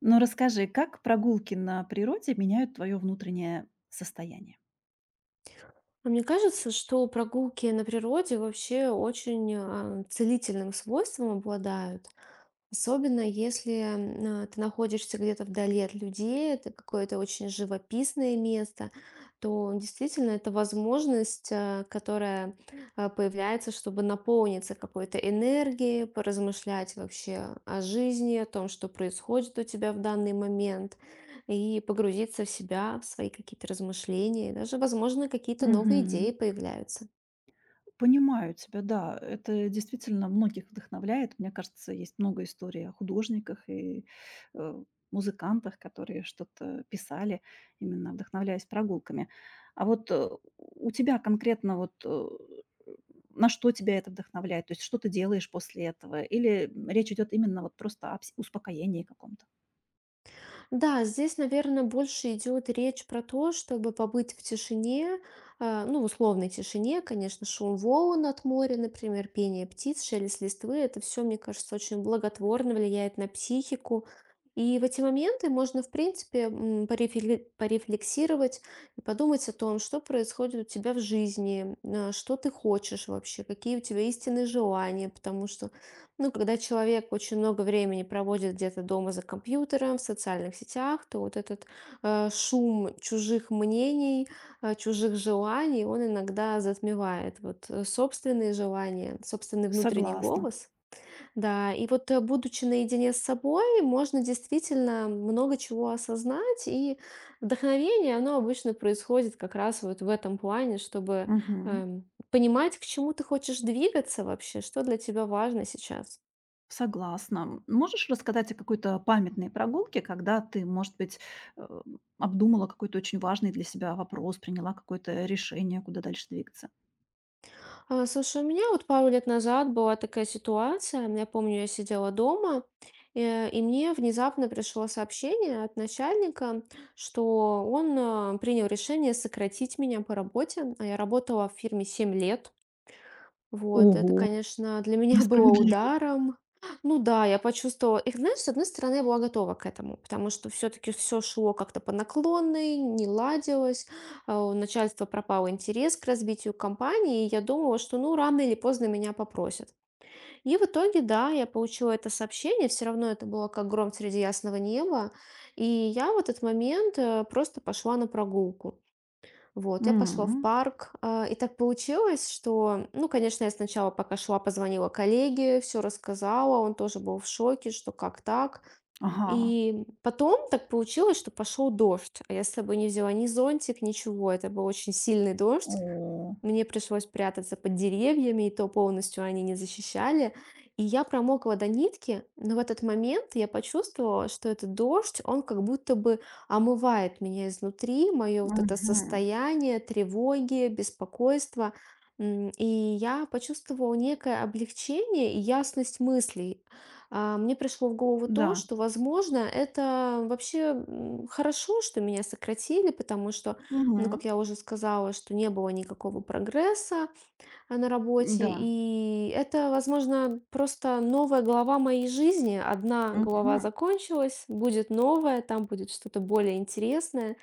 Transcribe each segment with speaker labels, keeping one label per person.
Speaker 1: Но расскажи, как прогулки на природе меняют твое внутреннее состояние?
Speaker 2: Мне кажется, что прогулки на природе вообще очень целительным свойством обладают. Особенно если ты находишься где-то вдали от людей, это какое-то очень живописное место, то действительно это возможность, которая появляется, чтобы наполниться какой-то энергией, поразмышлять вообще о жизни, о том, что происходит у тебя в данный момент, и погрузиться в себя, в свои какие-то размышления, и даже, возможно, какие-то
Speaker 1: Мгм.
Speaker 2: новые идеи появляются.
Speaker 1: Понимаю тебя, да. Это действительно многих вдохновляет. Мне кажется, есть много историй о художниках и э, музыкантах, которые что-то писали, именно вдохновляясь прогулками. А вот у тебя конкретно вот на что тебя это вдохновляет? То есть что ты делаешь после этого? Или речь идет именно вот просто о успокоении каком-то?
Speaker 2: Да, здесь, наверное, больше идет речь про то, чтобы побыть в тишине, ну, в условной тишине, конечно, шум волн от моря, например, пение птиц, шелест листвы, это все, мне кажется, очень благотворно влияет на психику. И в эти моменты можно, в принципе, порефлексировать и подумать о том, что происходит у тебя в жизни, что ты хочешь вообще, какие у тебя истинные желания, потому что ну, когда человек очень много времени проводит где-то дома за компьютером, в социальных сетях, то вот этот шум чужих мнений, чужих желаний, он иногда затмевает вот собственные желания, собственный внутренний
Speaker 1: Согласна.
Speaker 2: голос. Да, и вот будучи наедине с собой, можно действительно много чего осознать, и вдохновение, оно обычно происходит как раз вот в этом плане, чтобы
Speaker 1: Мгм.
Speaker 2: понимать, к чему ты хочешь двигаться вообще, что для тебя важно сейчас.
Speaker 1: Согласна. Можешь рассказать о какой-то памятной прогулке, когда ты, может быть, э, обдумала какой-то очень важный для себя вопрос, приняла какое-то решение, куда дальше двигаться?
Speaker 2: Слушай, у меня вот пару лет назад была такая ситуация. Я помню, я сидела дома, и мне внезапно пришло сообщение от начальника, что он принял решение сократить меня по работе. Я работала в фирме 7 лет. Вот, это,
Speaker 1: Ого,
Speaker 2: конечно, для меня было
Speaker 1: несправедливо.
Speaker 2: ударом. Ну да, я почувствовала. И знаешь, с одной стороны, я была готова к этому, потому что все-таки все шло как-то по наклонной, не ладилось. У начальства пропал интерес к развитию компании, и я думала, что ну рано или поздно меня попросят. И в итоге, да, я получила это сообщение, все равно это было как гром среди ясного неба. И я в этот момент просто пошла на прогулку. Вот, я пошла в
Speaker 1: М.
Speaker 2: парк, и так получилось, что, ну, конечно, я сначала, пока шла, позвонила коллеге, все рассказала, он тоже был в шоке, что как так.
Speaker 1: Ага.
Speaker 2: И потом так получилось, что пошел дождь, а я с собой не взяла ни зонтик, ничего, это был очень сильный дождь.
Speaker 1: О.
Speaker 2: Мне пришлось прятаться под деревьями, и то полностью они не защищали. И я промокла до нитки, но в этот момент я почувствовала, что этот дождь, он как будто бы омывает меня изнутри, мое вот это
Speaker 1: Мгм.
Speaker 2: состояние тревоги, беспокойства. И я почувствовала некое облегчение и ясность мыслей. Мне пришло в голову то,
Speaker 1: Да.
Speaker 2: что, возможно, это вообще хорошо, что меня сократили, потому что ну,
Speaker 1: Мгм.
Speaker 2: как я уже сказала, что не было никакого прогресса, на работе.
Speaker 1: Да.
Speaker 2: И это, возможно, просто новая глава моей жизни. Одна глава
Speaker 1: Мгм.
Speaker 2: закончилась, будет новая, там будет что-то более интересное.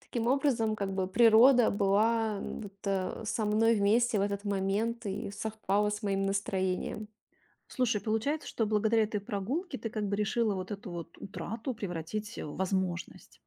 Speaker 2: Таким образом, как бы природа была, со мной вместе в этот момент и совпала с моим настроением.
Speaker 1: Слушай, получается, что благодаря этой прогулке ты как бы решила вот эту вот утрату превратить в возможность.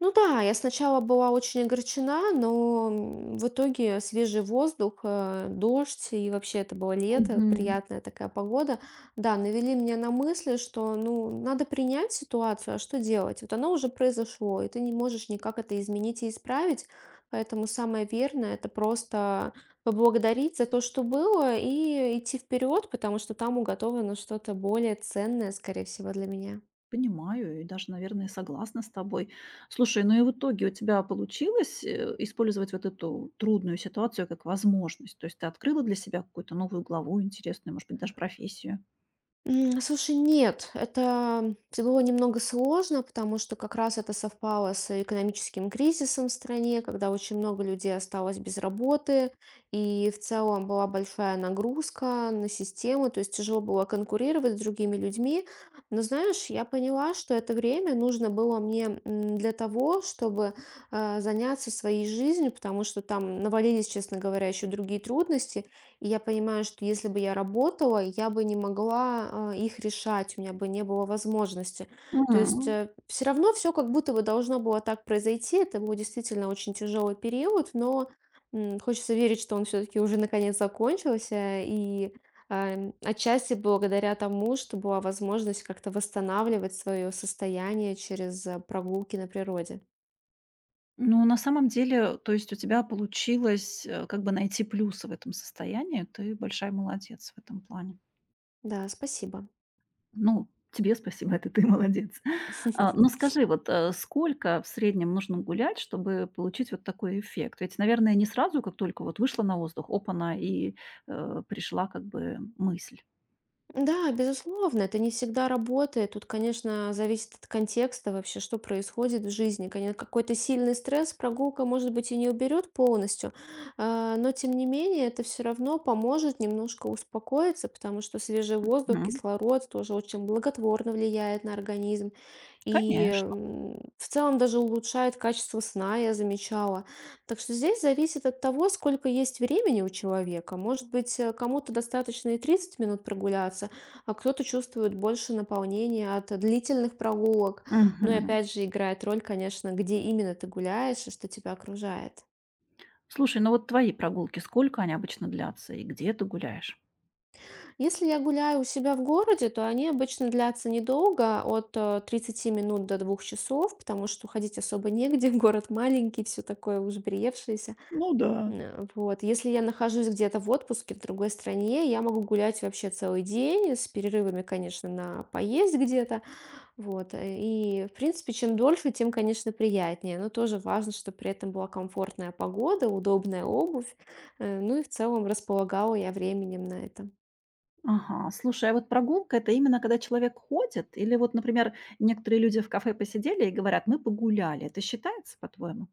Speaker 2: Ну да, я сначала была очень огорчена, но в итоге свежий воздух, дождь, и вообще это было лето,
Speaker 1: Мгм.
Speaker 2: приятная такая погода, да, навели меня на мысли, что, ну, надо принять ситуацию, а что делать? Вот оно уже произошло, и ты не можешь никак это изменить и исправить, поэтому самое верное — это просто поблагодарить за то, что было, и идти вперед, потому что там уготовано что-то более ценное, скорее всего, для меня.
Speaker 1: Понимаю и даже, наверное, согласна с тобой. Слушай, ну и в итоге у тебя получилось, использовать вот эту трудную ситуацию как возможность? То есть ты открыла для себя какую-то новую главу интересную, может быть, даже профессию?
Speaker 2: Слушай, нет, это было немного сложно, потому что как раз это совпало с экономическим кризисом в стране, когда очень много людей осталось без работы, и в целом была большая нагрузка на систему, то есть тяжело было конкурировать с другими людьми. Но знаешь, я поняла, что это время нужно было мне для того, чтобы заняться своей жизнью, потому что там навалились, честно говоря, еще другие трудности. И я понимаю, что если бы я работала, я бы не могла, их решать, у меня бы не было возможности. То есть,
Speaker 1: М.
Speaker 2: все равно все как будто бы должно было так произойти. Это был действительно очень тяжелый период, но, хочется верить, что он все таки уже наконец закончился. И, отчасти благодаря тому, что была возможность как-то восстанавливать свое состояние через, прогулки на природе.
Speaker 1: Ну, на самом деле, то есть у тебя получилось, как бы найти плюсы в этом состоянии. Ты большая молодец в этом плане.
Speaker 2: Да, спасибо.
Speaker 1: Ну, тебе спасибо, это ты молодец. А, но скажи, вот, сколько в среднем нужно гулять, чтобы получить вот такой эффект? Ведь, наверное, не сразу, как только вот вышла на воздух, опана, и, пришла как бы мысль.
Speaker 2: Да, безусловно, это не всегда работает. Тут, конечно, зависит от контекста вообще, что происходит в жизни. Конечно, какой-то сильный стресс прогулка, может быть, и не уберет полностью, но тем не менее это все равно поможет немножко успокоиться, потому что свежий воздух,
Speaker 1: Мгм.
Speaker 2: кислород тоже очень благотворно влияет на организм. И
Speaker 1: Конечно.
Speaker 2: в целом даже улучшает качество сна, я замечала. Так что здесь зависит от того, сколько есть времени у человека. Может быть, кому-то достаточно и 30 минут прогуляться, а кто-то чувствует больше наполнения от длительных прогулок. Ну и
Speaker 1: Мгм.
Speaker 2: опять же играет роль, конечно, где именно ты гуляешь и что тебя окружает.
Speaker 1: Слушай, ну вот твои прогулки, сколько они обычно длятся и где ты гуляешь?
Speaker 2: Если я гуляю у себя в городе, то они обычно длятся недолго, от 30 минут до 2 часов, потому что ходить особо негде, город маленький, все такое уж
Speaker 1: Ну да.
Speaker 2: Вот. Если я нахожусь где-то в отпуске в другой стране, я могу гулять вообще целый день, с перерывами, конечно, на поесть где-то. И, в принципе, чем дольше, тем, конечно, приятнее. Но тоже важно, чтобы при этом была комфортная погода, удобная обувь. Ну и в целом располагала я временем на это.
Speaker 1: Ага, слушай, а вот прогулка- это именно когда человек ходит? Или вот, например, некоторые люди в кафе посидели и говорят: "Мы погуляли". Это считается, по-твоему?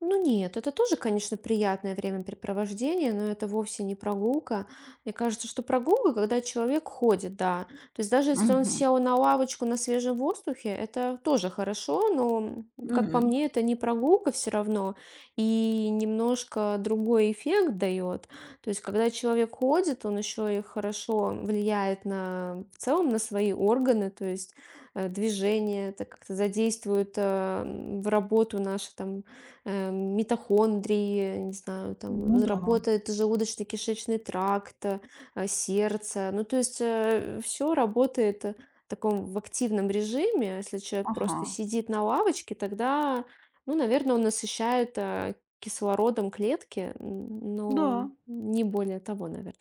Speaker 2: Ну нет, это тоже, конечно, приятное времяпрепровождение, но это вовсе не прогулка. Мне кажется, что прогулка, когда человек ходит, да. То есть даже если он
Speaker 1: Мгм.
Speaker 2: сел на лавочку на свежем воздухе, это тоже хорошо, но, как по
Speaker 1: М.
Speaker 2: мне, это не прогулка все равно, и немножко другой эффект дает. То есть когда человек ходит, он еще и хорошо влияет на, в целом на свои органы, то есть движение, это как-то задействует в работу наши там митохондрии, не знаю,
Speaker 1: Ну
Speaker 2: там
Speaker 1: да.
Speaker 2: работает желудочно-кишечный тракт, сердце. Ну, то есть все работает в таком в активном режиме. Если человек
Speaker 1: Ага.
Speaker 2: просто сидит на лавочке, тогда, ну, наверное, он насыщает кислородом клетки, но
Speaker 1: Да.
Speaker 2: не более того, наверное.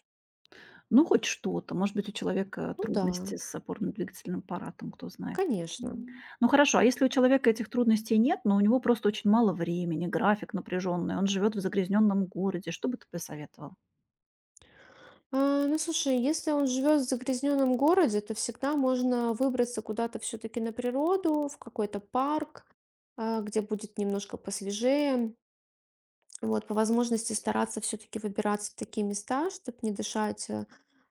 Speaker 1: Ну, хоть что-то. Может быть, у человека
Speaker 2: Ну да,
Speaker 1: трудности с опорно-двигательным аппаратом, кто знает.
Speaker 2: конечно.
Speaker 1: М. Ну, хорошо, а если у человека этих трудностей нет, но у него просто очень мало времени, график напряженный, он живет в загрязненном городе, что бы ты посоветовал?
Speaker 2: Ну, слушай, если он живет в загрязненном городе, то всегда можно выбраться куда-то все-таки на природу, в какой-то парк, где будет немножко посвежее. Вот, по возможности стараться все-таки выбираться в такие места, чтобы не дышать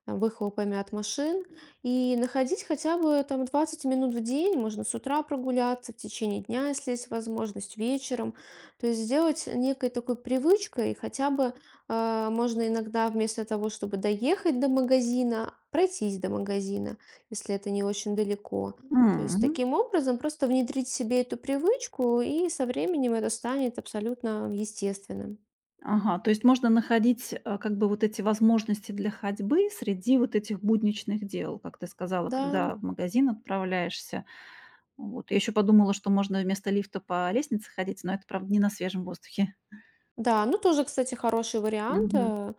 Speaker 2: выхлопами от машин, и находить хотя бы там 20 минут в день, можно с утра прогуляться, в течение дня, если есть возможность, вечером. То есть сделать некой такой привычкой, хотя бы можно иногда вместо того, чтобы доехать до магазина, пройтись до магазина, если это не очень далеко. То есть
Speaker 1: М.
Speaker 2: таким образом просто внедрить в себе эту привычку, и со временем это станет абсолютно естественным.
Speaker 1: Ага, то есть можно находить, как бы вот эти возможности для ходьбы среди вот этих будничных дел, как ты сказала,
Speaker 2: Да,
Speaker 1: когда в магазин отправляешься. Вот. Я еще подумала, что можно вместо лифта по лестнице ходить, но это, правда, не на свежем воздухе.
Speaker 2: да, ну тоже, кстати, хороший вариант.
Speaker 1: Мгм.
Speaker 2: э,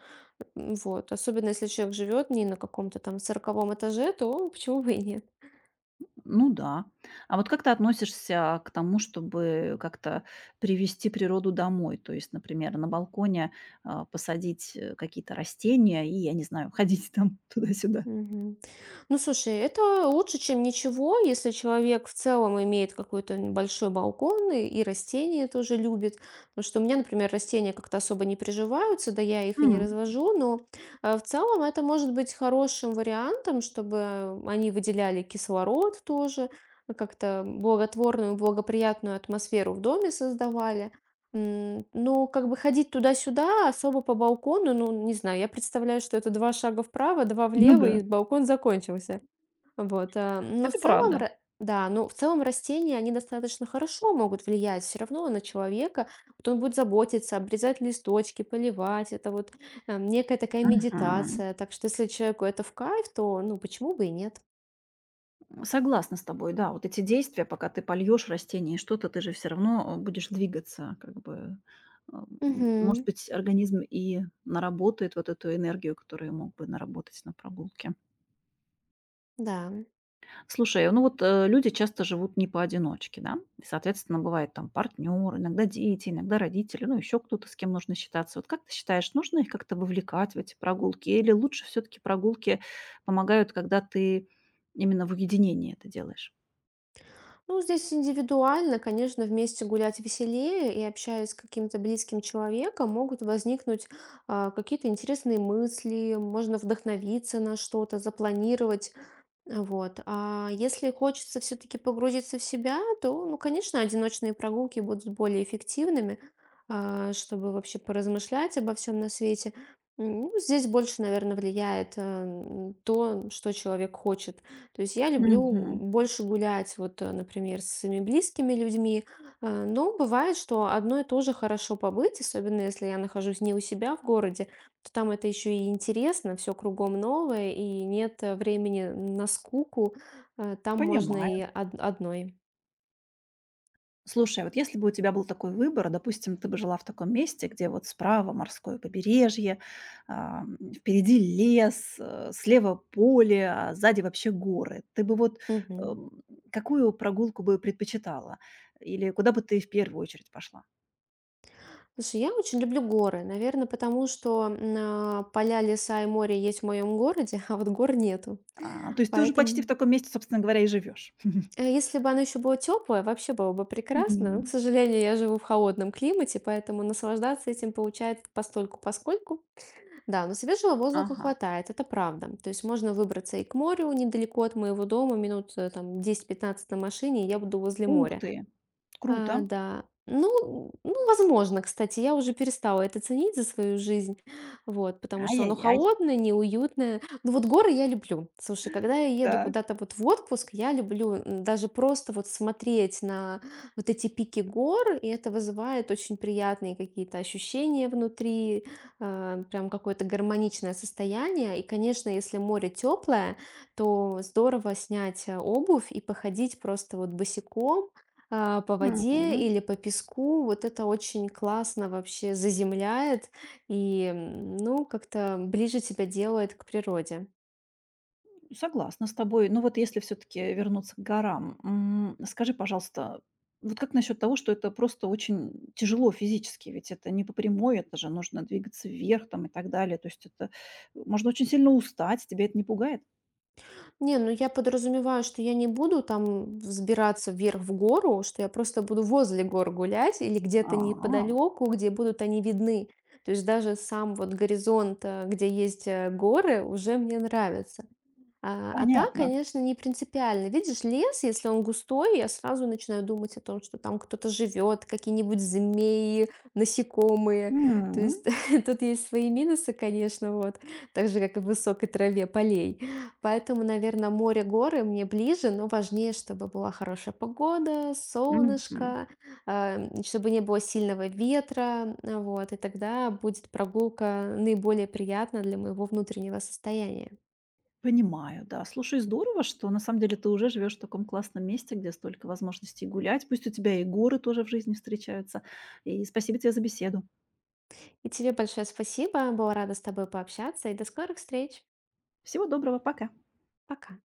Speaker 2: м, Вот, особенно если человек живет не на каком-то там 40-м этаже, то почему бы и нет.
Speaker 1: Ну да. А вот как ты относишься к тому, чтобы как-то привести природу домой? То есть, например, на балконе, посадить, какие-то растения и, я не знаю, ходить там туда-сюда.
Speaker 2: Мгм. Ну, слушай, это лучше, чем ничего, если человек в целом имеет какой-то небольшой балкон и растения тоже любит. Потому что у меня, например, растения как-то особо не приживаются, да я их и не
Speaker 1: М.
Speaker 2: развожу, но в целом это может быть хорошим вариантом, чтобы они выделяли кислород тоже, ну, как-то благотворную, благоприятную атмосферу в доме создавали. Ну, как бы ходить туда-сюда особо по балкону, ну, не знаю, я представляю, что это 2 шага вправо, 2
Speaker 1: Ну
Speaker 2: влево,
Speaker 1: да,
Speaker 2: и балкон закончился. Вот, а, но в
Speaker 1: это
Speaker 2: целом,
Speaker 1: правда.
Speaker 2: ра да, но в целом растения, они достаточно хорошо могут влиять все равно на человека. Вот он будет заботиться, обрезать листочки, поливать. Это вот, некая такая
Speaker 1: Мгм.
Speaker 2: медитация. Так что если человеку это в кайф, то, ну, почему бы и нет?
Speaker 1: Согласна с тобой, да. Вот эти действия, пока ты польешь растение и что-то, ты же все равно будешь двигаться, как бы. Может
Speaker 2: Мгм.
Speaker 1: быть, организм и наработает вот эту энергию, которую мог бы наработать на прогулке.
Speaker 2: Да.
Speaker 1: Слушай, ну вот люди часто живут не поодиночке, да? И, соответственно, бывает там партнер, иногда дети, иногда родители, ну еще кто-то, с кем нужно считаться. Вот как ты считаешь, нужно их как-то вовлекать в эти прогулки? Или лучше все-таки прогулки помогают, когда ты именно в уединении это делаешь?
Speaker 2: Ну, здесь индивидуально, конечно, вместе гулять веселее и общаясь с каким-то близким человеком, могут возникнуть какие-то интересные мысли, можно вдохновиться на что-то, запланировать вот. А если хочется все-таки погрузиться в себя, то, ну, конечно, одиночные прогулки будут более эффективными, чтобы вообще поразмышлять обо всем на свете. Ну, здесь больше, наверное, влияет то, что человек хочет. То есть я люблю
Speaker 1: Мгм.
Speaker 2: больше гулять, например, с своими близкими людьми, но бывает, что одной тоже хорошо побыть, особенно если я нахожусь не у себя в городе, то там это еще и интересно, все кругом новое, и нет времени на скуку, э, там можно
Speaker 1: Понимаю.
Speaker 2: и од- одной.
Speaker 1: Слушай, вот если бы у тебя был такой выбор, допустим, ты бы жила в таком месте, где вот справа морское побережье, впереди лес, слева поле, а сзади вообще горы. Ты бы вот
Speaker 2: Мгм.
Speaker 1: эм, какую прогулку бы предпочитала? Или куда бы ты в первую очередь пошла?
Speaker 2: Слушай, я очень люблю горы, наверное, потому что поля, леса и море есть в моем городе, а вот гор нету.
Speaker 1: А, то есть ты уже почти в
Speaker 2: Поэтому,
Speaker 1: таком месте, собственно говоря, и живешь.
Speaker 2: если бы оно еще было теплое, вообще было бы прекрасно. Но, к
Speaker 1: Мгм.
Speaker 2: сожалению, я живу в холодном климате, поэтому наслаждаться этим получается постольку-поскольку. Да, но свежего воздуха
Speaker 1: Ага.
Speaker 2: хватает, это правда. То есть можно выбраться и к морю недалеко от моего дома, минут там 10-15 на машине, и я буду возле
Speaker 1: Ух
Speaker 2: моря.
Speaker 1: ты!
Speaker 2: А,
Speaker 1: Круто!
Speaker 2: да. Ну, возможно, кстати, я уже перестала это ценить за свою жизнь, вот, потому что оно
Speaker 1: Ай-яй-яй.
Speaker 2: холодное, неуютное. Ну вот горы я люблю. Слушай, когда я еду
Speaker 1: Так.
Speaker 2: куда-то вот в отпуск, я люблю даже просто вот смотреть на вот эти пики гор, и это вызывает очень приятные какие-то ощущения внутри, прям какое-то гармоничное состояние. И, конечно, если море теплое, то здорово снять обувь и походить просто вот босиком, по воде
Speaker 1: Мгм.
Speaker 2: или по песку. Вот это очень классно вообще заземляет и, ну, как-то ближе тебя делает к природе.
Speaker 1: Согласна с тобой. Но вот если все-таки вернуться к горам, скажи, пожалуйста, вот как насчет того, что это просто очень тяжело физически, ведь это не по прямой, это же нужно двигаться вверх там и так далее. То есть это можно очень сильно устать, тебя это не пугает?
Speaker 2: Не, ну я подразумеваю, что я не буду там взбираться вверх в гору, что я просто буду возле гор гулять или где-то
Speaker 1: А,
Speaker 2: неподалеку, где будут они видны. То есть даже сам вот горизонт, где есть горы, уже мне нравится. А так,
Speaker 1: понятно.
Speaker 2: конечно, не принципиально. Видишь, лес, если он густой, я сразу начинаю думать о том, что там кто-то живет, какие-нибудь змеи, насекомые. То есть
Speaker 1: М,
Speaker 2: тут есть свои минусы, конечно, вот, так же, как и в высокой траве полей. Поэтому, наверное, море, горы мне ближе, но важнее, чтобы была хорошая погода,
Speaker 1: мгм.
Speaker 2: солнышко, а, чтобы не было сильного ветра, а, вот, и тогда будет прогулка наиболее приятна для моего внутреннего состояния.
Speaker 1: Понимаю, да. Слушай, здорово, что на самом деле ты уже живешь в таком классном месте, где столько возможностей гулять. Пусть у тебя и горы тоже в жизни встречаются. И спасибо тебе за беседу.
Speaker 2: И тебе большое спасибо. Была рада с тобой пообщаться. И до скорых встреч.
Speaker 1: Всего доброго, пока.
Speaker 2: Пока.